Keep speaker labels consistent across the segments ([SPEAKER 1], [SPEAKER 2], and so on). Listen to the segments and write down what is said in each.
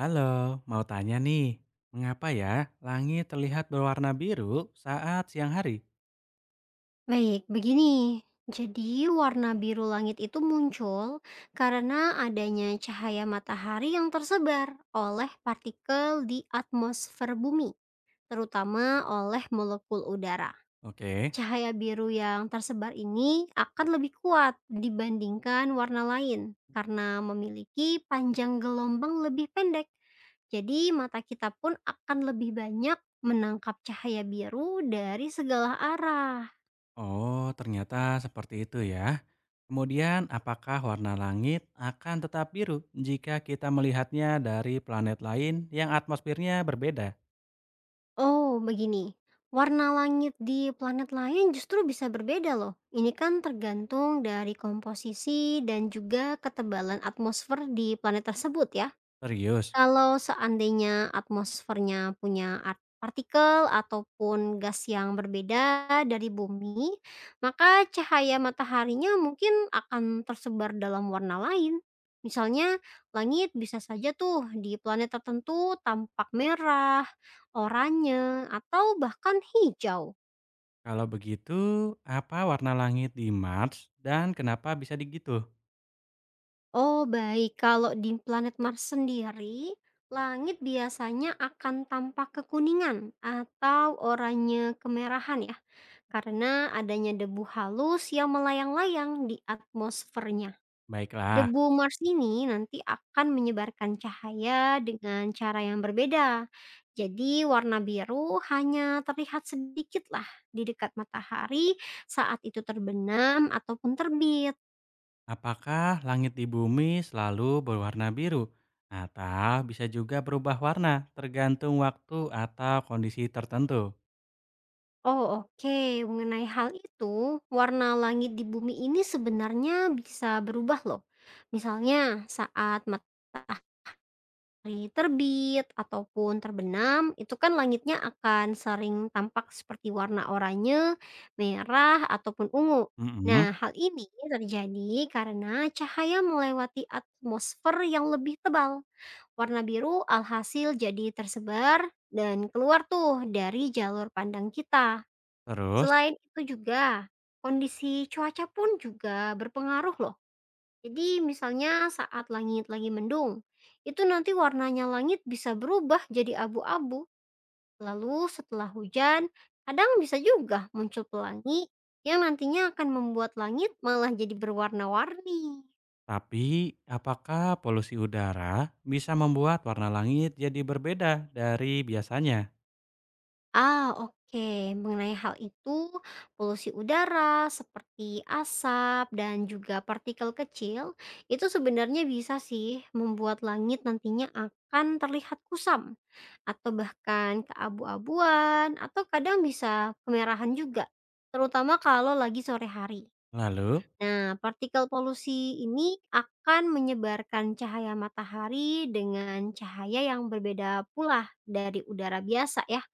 [SPEAKER 1] Halo, mau tanya nih, mengapa ya langit terlihat berwarna biru saat siang hari?
[SPEAKER 2] Baik, begini. Jadi, warna biru langit itu muncul karena adanya cahaya matahari yang tersebar oleh partikel di atmosfer bumi, terutama oleh molekul udara.
[SPEAKER 1] Oke,
[SPEAKER 2] Cahaya biru yang tersebar ini akan lebih kuat dibandingkan warna lain karena memiliki panjang gelombang lebih pendek. Jadi, mata kita pun akan lebih banyak menangkap cahaya biru dari segala arah.
[SPEAKER 1] oh ternyata seperti itu ya. Kemudian, apakah warna langit akan tetap biru jika kita melihatnya dari planet lain yang atmosfernya berbeda?
[SPEAKER 2] Oh, begini. Warna langit di planet lain justru bisa berbeda loh. Ini kan tergantung dari komposisi dan juga ketebalan atmosfer di planet tersebut ya.
[SPEAKER 1] Serius,
[SPEAKER 2] Kalau seandainya atmosfernya punya partikel ataupun gas yang berbeda dari bumi, maka cahaya mataharinya mungkin akan tersebar dalam warna lain. Misalnya, langit bisa saja tuh di planet tertentu tampak merah, oranye, atau bahkan hijau.
[SPEAKER 1] kalau begitu, apa warna langit di Mars dan kenapa bisa begitu?
[SPEAKER 2] Oh, baik. Kalau di planet Mars sendiri, langit biasanya akan tampak kekuningan atau oranye kemerahan ya. Karena adanya debu halus yang melayang-layang di atmosfernya.
[SPEAKER 1] Baiklah.
[SPEAKER 2] Debu Mars ini nanti akan menyebarkan cahaya dengan cara yang berbeda. Jadi warna biru hanya terlihat sedikit lah di dekat matahari saat itu terbenam ataupun terbit.
[SPEAKER 1] Apakah langit di bumi selalu berwarna biru atau bisa juga berubah warna tergantung waktu atau kondisi tertentu?
[SPEAKER 2] Oh oke, mengenai hal itu, warna langit di bumi ini sebenarnya bisa berubah loh. Misalnya saat matahari Matahari terbit ataupun terbenam, itu kan langitnya akan sering tampak seperti warna oranye, merah, ataupun ungu.
[SPEAKER 1] Mm-mm.
[SPEAKER 2] Nah, hal ini terjadi karena cahaya melewati atmosfer yang lebih tebal. Warna biru alhasil jadi tersebar dan keluar tuh dari jalur pandang kita.
[SPEAKER 1] Terus,
[SPEAKER 2] Selain itu juga, kondisi cuaca pun juga berpengaruh loh, jadi misalnya saat langit lagi mendung, itu nanti warnanya langit bisa berubah jadi abu-abu. Lalu setelah hujan, kadang bisa juga muncul pelangi yang nantinya akan membuat langit malah jadi berwarna-warni.
[SPEAKER 1] tapi apakah polusi udara bisa membuat warna langit jadi berbeda dari biasanya?
[SPEAKER 2] Ah, oke. Mengenai hal itu, polusi udara seperti asap dan juga partikel kecil itu sebenarnya bisa sih membuat langit nantinya akan terlihat kusam atau bahkan keabu-abuan atau kadang bisa kemerahan juga, terutama kalau lagi sore hari.
[SPEAKER 1] Lalu,
[SPEAKER 2] Nah, partikel polusi ini akan menyebarkan cahaya matahari dengan cahaya yang berbeda pula dari udara biasa ya.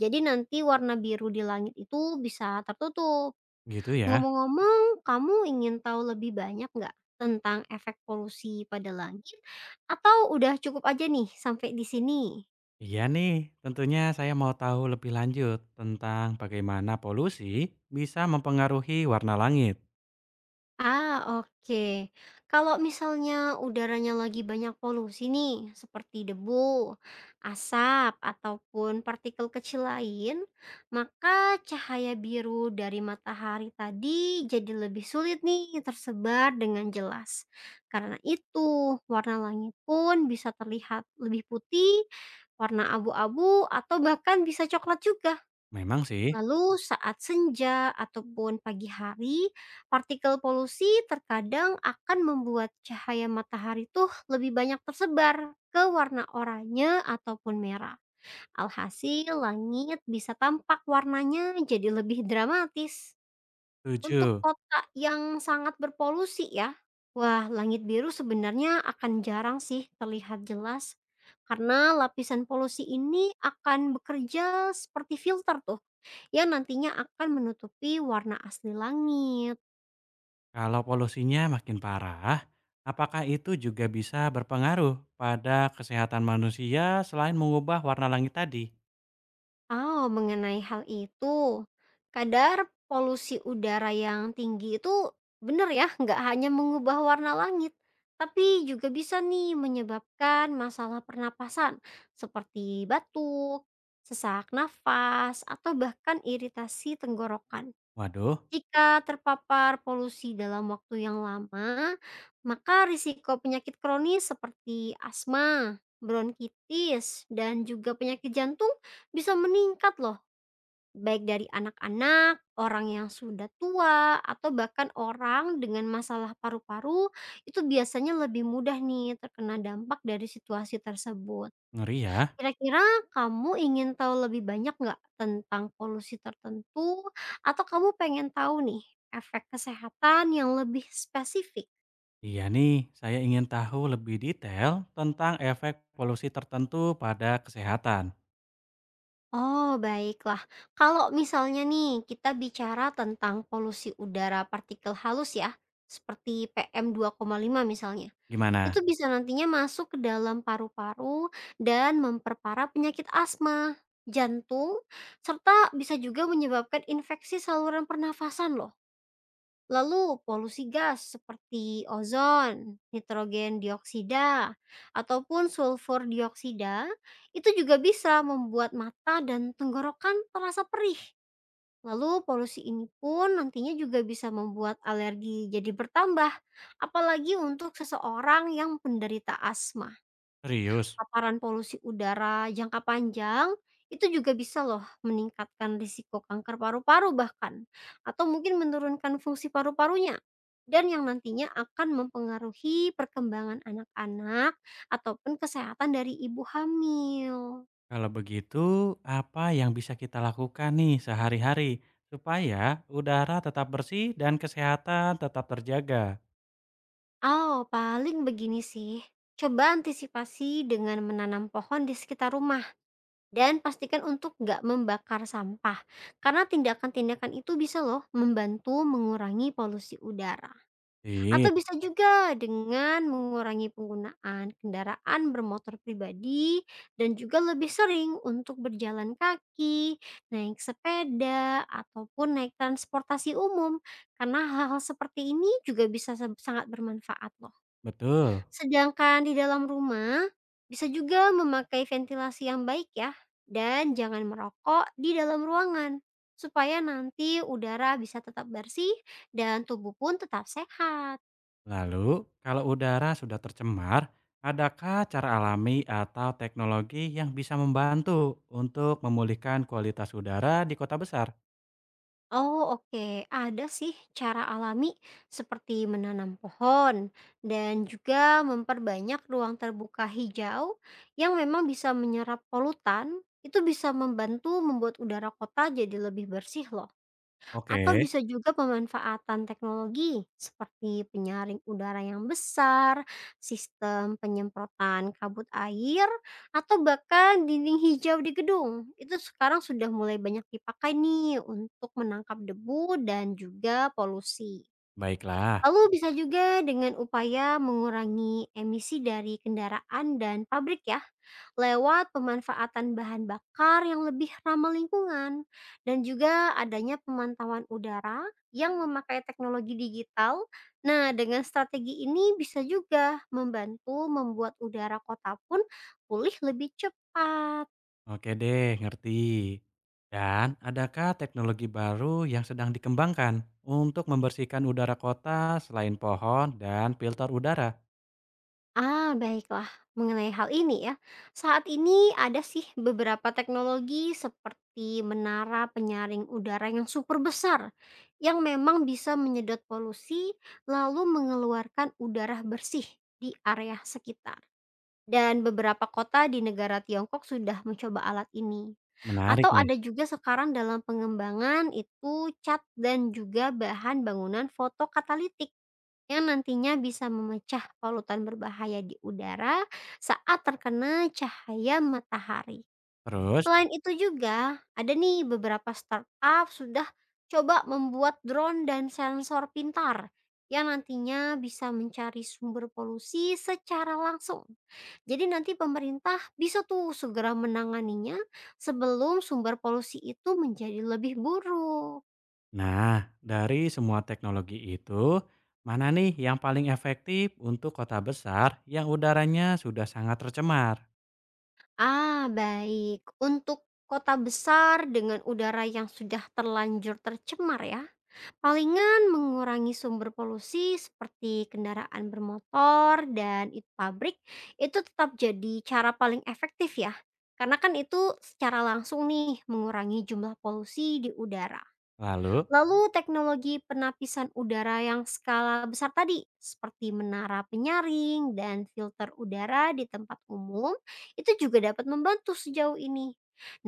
[SPEAKER 2] Jadi nanti warna biru di langit itu bisa tertutup.
[SPEAKER 1] gitu ya?
[SPEAKER 2] Ngomong-ngomong, kamu ingin tahu lebih banyak nggak tentang efek polusi pada langit? Atau udah cukup aja nih sampai di sini?
[SPEAKER 1] Iya nih, tentunya saya mau tahu lebih lanjut tentang bagaimana polusi bisa mempengaruhi warna langit.
[SPEAKER 2] Ah, oke. Kalau misalnya udaranya lagi banyak polusi nih, seperti debu, asap, ataupun partikel kecil lain, maka cahaya biru dari matahari tadi jadi lebih sulit nih tersebar dengan jelas. Karena itu, warna langit pun bisa terlihat lebih putih, warna abu-abu, atau bahkan bisa coklat juga.
[SPEAKER 1] Memang sih,
[SPEAKER 2] Lalu saat senja ataupun pagi hari, partikel polusi terkadang akan membuat cahaya matahari tuh lebih banyak tersebar ke warna oranye ataupun merah. Alhasil langit bisa tampak warnanya jadi lebih dramatis. Untuk
[SPEAKER 1] setuju.
[SPEAKER 2] kota yang sangat berpolusi ya, wah langit biru sebenarnya akan jarang sih terlihat jelas. Karena lapisan polusi ini akan bekerja seperti filter tuh yang nantinya akan menutupi warna asli langit.
[SPEAKER 1] Kalau polusinya makin parah, apakah itu juga bisa berpengaruh pada kesehatan manusia selain mengubah warna langit tadi?
[SPEAKER 2] Oh, mengenai hal itu, kadar polusi udara yang tinggi itu benar ya, nggak hanya mengubah warna langit, tapi juga bisa nih menyebabkan masalah pernapasan seperti batuk, sesak nafas, atau bahkan iritasi tenggorokan.
[SPEAKER 1] Waduh,
[SPEAKER 2] Jika terpapar polusi dalam waktu yang lama, maka risiko penyakit kronis seperti asma, bronkitis, dan juga penyakit jantung bisa meningkat loh, baik dari anak-anak, orang yang sudah tua, atau bahkan orang dengan masalah paru-paru itu biasanya lebih mudah nih terkena dampak dari situasi tersebut.
[SPEAKER 1] ngeri ya.
[SPEAKER 2] Kira-kira kamu ingin tahu lebih banyak nggak tentang polusi tertentu atau kamu pengen tahu nih efek kesehatan yang lebih spesifik?
[SPEAKER 1] Iya nih, saya ingin tahu lebih detail tentang efek polusi tertentu pada kesehatan.
[SPEAKER 2] Oh, baiklah. Kalau misalnya nih kita bicara tentang polusi udara partikel halus ya, seperti PM2,5 misalnya.
[SPEAKER 1] Gimana?
[SPEAKER 2] Itu bisa nantinya masuk ke dalam paru-paru dan memperparah penyakit asma, jantung, serta bisa juga menyebabkan infeksi saluran pernafasan loh. Lalu polusi gas seperti ozon, nitrogen dioksida, ataupun sulfur dioksida itu juga bisa membuat mata dan tenggorokan terasa perih. Lalu polusi ini pun nantinya juga bisa membuat alergi jadi bertambah, apalagi untuk seseorang yang penderita asma.
[SPEAKER 1] Serius?
[SPEAKER 2] Paparan polusi udara jangka panjang, itu juga bisa loh meningkatkan risiko kanker paru-paru bahkan, atau mungkin menurunkan fungsi paru-parunya, dan yang nantinya akan mempengaruhi perkembangan anak-anak ataupun kesehatan dari ibu hamil.
[SPEAKER 1] Kalau begitu, apa yang bisa kita lakukan nih sehari-hari supaya udara tetap bersih dan kesehatan tetap terjaga?
[SPEAKER 2] Oh, paling begini sih, coba antisipasi dengan menanam pohon di sekitar rumah dan pastikan untuk nggak membakar sampah, karena tindakan-tindakan itu bisa loh membantu mengurangi polusi udara. Atau
[SPEAKER 1] Sip,
[SPEAKER 2] bisa juga dengan mengurangi penggunaan kendaraan bermotor pribadi dan juga lebih sering untuk berjalan kaki, naik sepeda, ataupun naik transportasi umum. Karena hal-hal seperti ini juga bisa sangat bermanfaat loh.
[SPEAKER 1] betul.
[SPEAKER 2] Sedangkan di dalam rumah bisa juga memakai ventilasi yang baik ya dan jangan merokok di dalam ruangan supaya nanti udara bisa tetap bersih dan tubuh pun tetap sehat.
[SPEAKER 1] Lalu, kalau udara sudah tercemar, adakah cara alami atau teknologi yang bisa membantu untuk memulihkan kualitas udara di kota besar?
[SPEAKER 2] Oh oke, ada sih cara alami seperti menanam pohon dan juga memperbanyak ruang terbuka hijau yang memang bisa menyerap polutan, itu bisa membantu membuat udara kota jadi lebih bersih loh.
[SPEAKER 1] Oke,
[SPEAKER 2] Atau bisa juga pemanfaatan teknologi seperti penyaring udara yang besar, sistem penyemprotan kabut air, atau bahkan dinding hijau di gedung. Itu sekarang sudah mulai banyak dipakai nih untuk menangkap debu dan juga polusi.
[SPEAKER 1] baiklah.
[SPEAKER 2] Lalu bisa juga dengan upaya mengurangi emisi dari kendaraan dan pabrik ya, lewat pemanfaatan bahan bakar yang lebih ramah lingkungan dan juga adanya pemantauan udara yang memakai teknologi digital. Nah, dengan strategi ini bisa juga membantu membuat udara kota pun pulih lebih cepat.
[SPEAKER 1] Oke deh, ngerti. Dan adakah teknologi baru yang sedang dikembangkan untuk membersihkan udara kota selain pohon dan filter udara?
[SPEAKER 2] Ah, baiklah. Mengenai hal ini ya, saat ini ada sih beberapa teknologi seperti menara penyaring udara yang super besar yang memang bisa menyedot polusi lalu mengeluarkan udara bersih di area sekitar. Dan beberapa kota di negara Tiongkok sudah mencoba alat ini.
[SPEAKER 1] Menarik
[SPEAKER 2] Atau
[SPEAKER 1] nih.
[SPEAKER 2] ada juga sekarang dalam pengembangan itu cat dan juga bahan bangunan fotokatalitik yang nantinya bisa memecah polutan berbahaya di udara saat terkena cahaya matahari.
[SPEAKER 1] Terus,
[SPEAKER 2] Selain itu juga, ada nih beberapa startup sudah coba membuat drone dan sensor pintar yang nantinya bisa mencari sumber polusi secara langsung. Jadi nanti pemerintah bisa tuh segera menanganinya sebelum sumber polusi itu menjadi lebih buruk.
[SPEAKER 1] nah, dari semua teknologi itu, mana nih yang paling efektif untuk kota besar yang udaranya sudah sangat tercemar?
[SPEAKER 2] Ah, baik. Untuk kota besar dengan udara yang sudah terlanjur tercemar ya, palingan mengurangi sumber polusi seperti kendaraan bermotor dan itu pabrik itu tetap jadi cara paling efektif ya. Karena kan itu secara langsung nih mengurangi jumlah polusi di udara.
[SPEAKER 1] Lalu,
[SPEAKER 2] Lalu teknologi penapisan udara yang skala besar tadi, seperti menara penyaring dan filter udara di tempat umum, itu juga dapat membantu sejauh ini.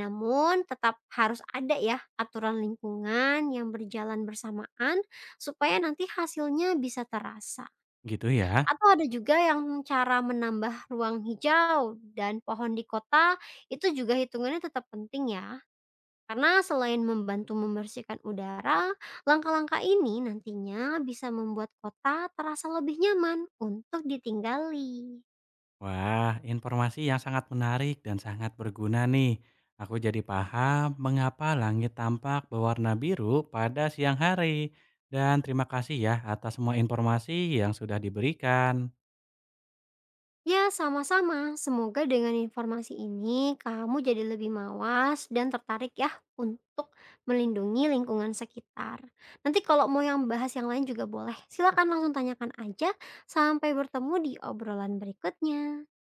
[SPEAKER 2] Namun tetap harus ada ya aturan lingkungan yang berjalan bersamaan supaya nanti hasilnya bisa terasa.
[SPEAKER 1] gitu ya.
[SPEAKER 2] Atau ada juga yang cara menambah ruang hijau dan pohon di kota, itu juga hitungannya tetap penting ya. Karena selain membantu membersihkan udara, langkah-langkah ini nantinya bisa membuat kota terasa lebih nyaman untuk ditinggali.
[SPEAKER 1] Wah, informasi yang sangat menarik dan sangat berguna nih. Aku jadi paham mengapa langit tampak berwarna biru pada siang hari. Dan terima kasih ya atas semua informasi yang sudah diberikan.
[SPEAKER 2] Ya, sama-sama. Semoga dengan informasi ini kamu jadi lebih mawas dan tertarik ya untuk melindungi lingkungan sekitar. Nanti kalau mau yang bahas yang lain juga boleh. Silakan langsung tanyakan aja. Sampai bertemu di obrolan berikutnya.